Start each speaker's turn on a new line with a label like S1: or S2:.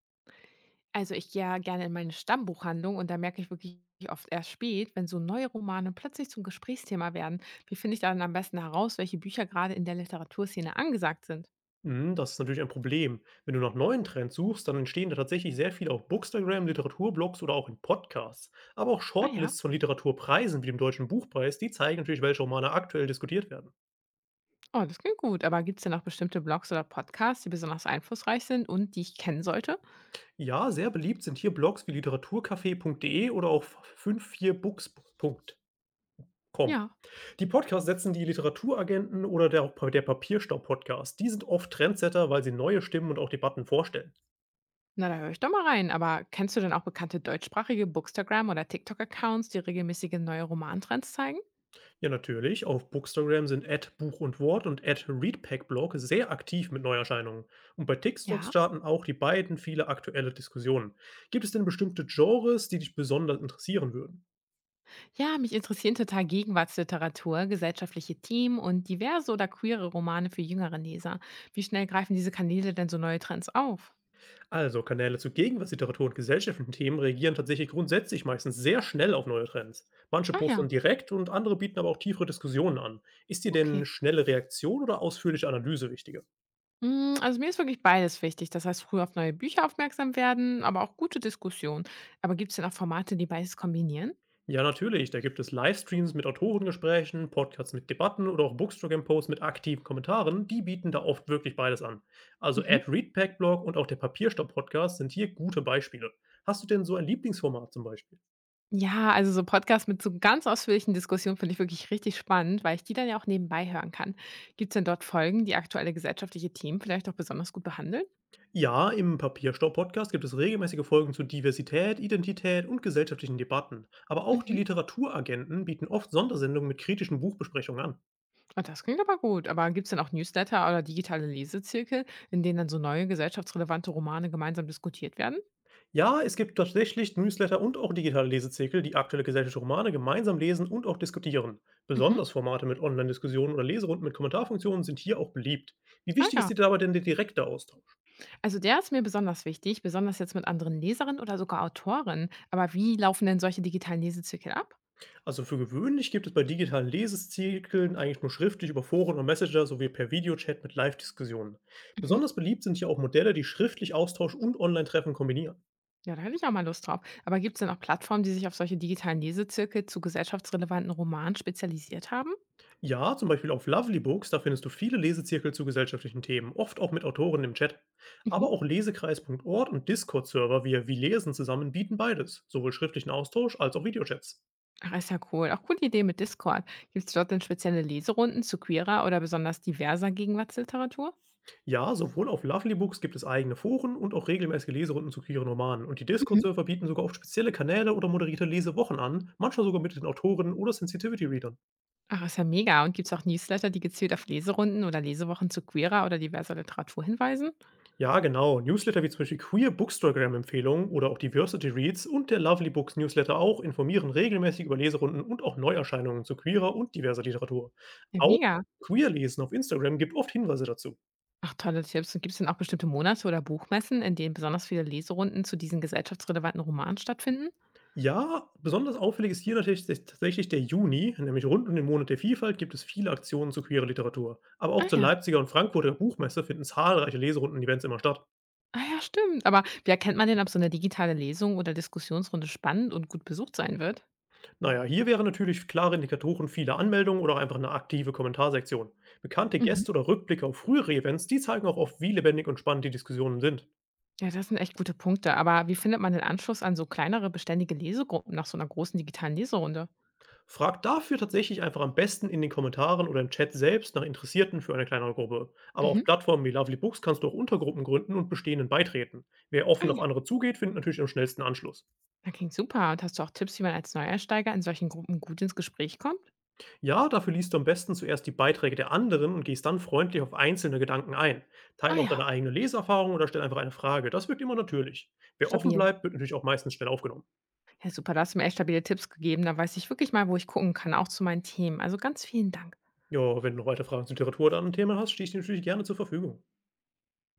S1: Also ich gehe ja gerne in meine Stammbuchhandlung und da merke ich wirklich oft erst spät, wenn so neue Romane plötzlich zum Gesprächsthema werden. Wie finde ich dann am besten heraus, welche Bücher gerade in der Literaturszene angesagt sind?
S2: Mhm, das ist natürlich ein Problem. Wenn du nach neuen Trends suchst, dann entstehen da tatsächlich sehr viele auf Bookstagram, Literaturblogs oder auch in Podcasts. Aber auch
S1: Ah ja,
S2: Shortlists von Literaturpreisen wie dem Deutschen Buchpreis, die zeigen natürlich, welche Romane aktuell diskutiert werden.
S1: oh, das klingt gut. Aber gibt es denn noch bestimmte Blogs oder Podcasts, die besonders einflussreich sind und die ich kennen sollte?
S2: Ja, sehr beliebt sind hier Blogs wie literaturcafé.de oder auch 54books.com.
S1: Ja,
S2: Die Podcasts setzen die Literaturagenten oder der Papierstau-Podcast. Die sind oft Trendsetter, weil sie neue Stimmen und auch Debatten vorstellen.
S1: na da höre ich doch mal rein. Aber kennst du denn auch bekannte deutschsprachige Bookstagram- oder TikTok-Accounts, die regelmäßige neue Romantrends zeigen?
S2: Ja, natürlich. Auf Bookstagram sind @Buch und Wort und @ReadPackBlog sehr aktiv mit Neuerscheinungen. Und bei TikToks
S1: Ja,
S2: starten auch die beiden viele aktuelle Diskussionen. Gibt es denn bestimmte Genres, die dich besonders interessieren würden?
S1: ja, mich interessieren total Gegenwartsliteratur, gesellschaftliche Themen und diverse oder queere Romane für jüngere Leser. Wie schnell greifen diese Kanäle denn so neue Trends auf?
S2: Also, Kanäle zu Gegenwartsliteratur und gesellschaftlichen Themen reagieren tatsächlich grundsätzlich meistens sehr schnell auf neue Trends. Manche
S1: Ah ja,
S2: posten direkt und andere bieten aber auch tiefere Diskussionen an. Ist dir denn
S1: okay.
S2: schnelle Reaktion oder ausführliche Analyse wichtiger?
S1: Also mir ist wirklich beides wichtig. Das heißt, früh auf neue Bücher aufmerksam werden, aber auch gute Diskussionen. Aber gibt es denn auch Formate, die beides kombinieren?
S2: Ja, natürlich. Da gibt es Livestreams mit Autorengesprächen, Podcasts mit Debatten oder auch Bookstagram-Posts mit aktiven Kommentaren. Die bieten da oft wirklich beides an. Also
S1: Mhm.
S2: Ad Readback Blog und auch der Papierstau-Podcast sind hier gute Beispiele. Hast du denn so ein Lieblingsformat zum Beispiel?
S1: Ja, also so Podcasts mit so ganz ausführlichen Diskussionen finde ich wirklich richtig spannend, weil ich die dann ja auch nebenbei hören kann. Gibt es denn dort Folgen, die aktuelle gesellschaftliche Themen vielleicht auch besonders gut behandeln?
S2: Ja, im Papierstau-Podcast gibt es regelmäßige Folgen zu Diversität, Identität und gesellschaftlichen Debatten. Aber auch die
S1: Mhm.
S2: Literaturagenten bieten oft Sondersendungen mit kritischen Buchbesprechungen an.
S1: Ah, das klingt aber gut. Aber gibt es denn auch Newsletter oder digitale Lesezirkel, in denen dann so neue gesellschaftsrelevante Romane gemeinsam diskutiert werden?
S2: Ja, es gibt tatsächlich Newsletter und auch digitale Lesezirkel, die aktuelle gesellschaftliche Romane gemeinsam lesen und auch diskutieren.
S1: Mhm.
S2: Besonders Formate mit Online-Diskussionen oder Leserunden mit Kommentarfunktionen sind hier auch beliebt. Wie
S1: Ah
S2: wichtig ist
S1: ja.
S2: dir dabei denn der direkte Austausch?
S1: Also der ist mir besonders wichtig, besonders jetzt mit anderen Leserinnen oder sogar Autorinnen. Aber wie laufen denn solche digitalen Lesezirkel ab?
S2: Also für gewöhnlich gibt es bei digitalen Lesezirkeln eigentlich nur schriftlich über Foren und Messenger sowie per Videochat mit Live-Diskussionen.
S1: Mhm.
S2: Besonders beliebt sind hier auch Modelle, die schriftlich Austausch und Online-Treffen kombinieren.
S1: Ja, da hätte ich auch mal Lust drauf. Aber gibt es denn auch Plattformen, die sich auf solche digitalen Lesezirkel zu gesellschaftsrelevanten Romanen spezialisiert haben?
S2: Ja, zum Beispiel auf Lovelybook, da findest du viele Lesezirkel zu gesellschaftlichen Themen, oft auch mit Autoren im Chat.
S1: Mhm.
S2: Aber auch lesekreis.org und Discord-Server wie Wie Lesen zusammen bieten beides, sowohl schriftlichen Austausch als auch Videochats.
S1: Ach, ist ja cool. Auch coole Idee mit Discord. Gibt es dort denn spezielle Leserunden zu queerer oder besonders diverser Gegenwartsliteratur?
S2: Ja, sowohl auf Lovelybooks gibt es eigene Foren und auch regelmäßige Leserunden zu queeren Romanen. Und die
S1: Mhm.
S2: Discord-Server bieten sogar oft spezielle Kanäle oder moderierte Lesewochen an, manchmal sogar mit den Autoren oder Sensitivity-Readern.
S1: Ach, ist ja mega. Und gibt es auch Newsletter, die gezielt auf Leserunden oder Lesewochen zu queerer oder diverser Literatur hinweisen?
S2: Ja, genau. Newsletter wie zum Beispiel Queer Bookstagram-Empfehlungen oder auch Diversity Reads und der Lovely Books Newsletter auch informieren regelmäßig über Leserunden und auch Neuerscheinungen zu queerer und diverser Literatur.
S1: Ja,
S2: Auch
S1: mega.
S2: Queerlesen auf Instagram gibt oft Hinweise dazu.
S1: Ach, tolle Tipps. Und gibt es denn auch bestimmte Monate oder Buchmessen, in denen besonders viele Leserunden zu diesen gesellschaftsrelevanten Romanen stattfinden?
S2: Ja, besonders auffällig ist hier natürlich tatsächlich der Juni, nämlich rund um den Monat der Vielfalt gibt es viele Aktionen zu queerer Literatur. Aber auch
S1: Ah
S2: zur
S1: ja,
S2: Leipziger und Frankfurter Buchmesse finden zahlreiche Leserunden-Events immer statt.
S1: ah ja, stimmt. Aber wie erkennt man denn, ob so eine digitale Lesung oder Diskussionsrunde spannend und gut besucht sein wird?
S2: Naja, hier wären natürlich klare Indikatoren vieler Anmeldungen oder auch einfach eine aktive Kommentarsektion. Bekannte
S1: Mhm.
S2: Gäste oder Rückblicke auf frühere Events, die zeigen auch oft, wie lebendig und spannend die Diskussionen sind.
S1: Ja, das sind echt gute Punkte. Aber wie findet man den Anschluss an so kleinere, beständige Lesegruppen nach so einer großen digitalen Leserunde?
S2: Fragt dafür tatsächlich einfach am besten in den Kommentaren oder im Chat selbst nach Interessierten für eine kleinere Gruppe. Aber
S1: Mhm.
S2: auf Plattformen wie Lovely Books kannst du auch Untergruppen gründen und bestehenden beitreten. Wer
S1: Ah
S2: offen auf
S1: ja.
S2: andere zugeht, findet natürlich am schnellsten Anschluss.
S1: Na, klingt super. Und hast du auch Tipps, wie man als Neuersteiger in solchen Gruppen gut ins Gespräch kommt?
S2: Ja, dafür liest du am besten zuerst die Beiträge der anderen und gehst dann freundlich auf einzelne Gedanken ein.
S1: Ah
S2: Teile auch
S1: ja.
S2: deine eigene Leseerfahrung oder stell einfach eine Frage. Das wirkt immer natürlich. Wer offen
S1: Stabil.
S2: bleibt, wird natürlich auch meistens schnell aufgenommen.
S1: Ja, super. Da hast du mir echt stabile Tipps gegeben. Da weiß ich wirklich mal, wo ich gucken kann, auch zu meinen Themen. Also ganz vielen Dank.
S2: Ja, wenn du noch weitere Fragen zur Literatur oder anderen Themen hast, stehe ich dir natürlich gerne zur Verfügung.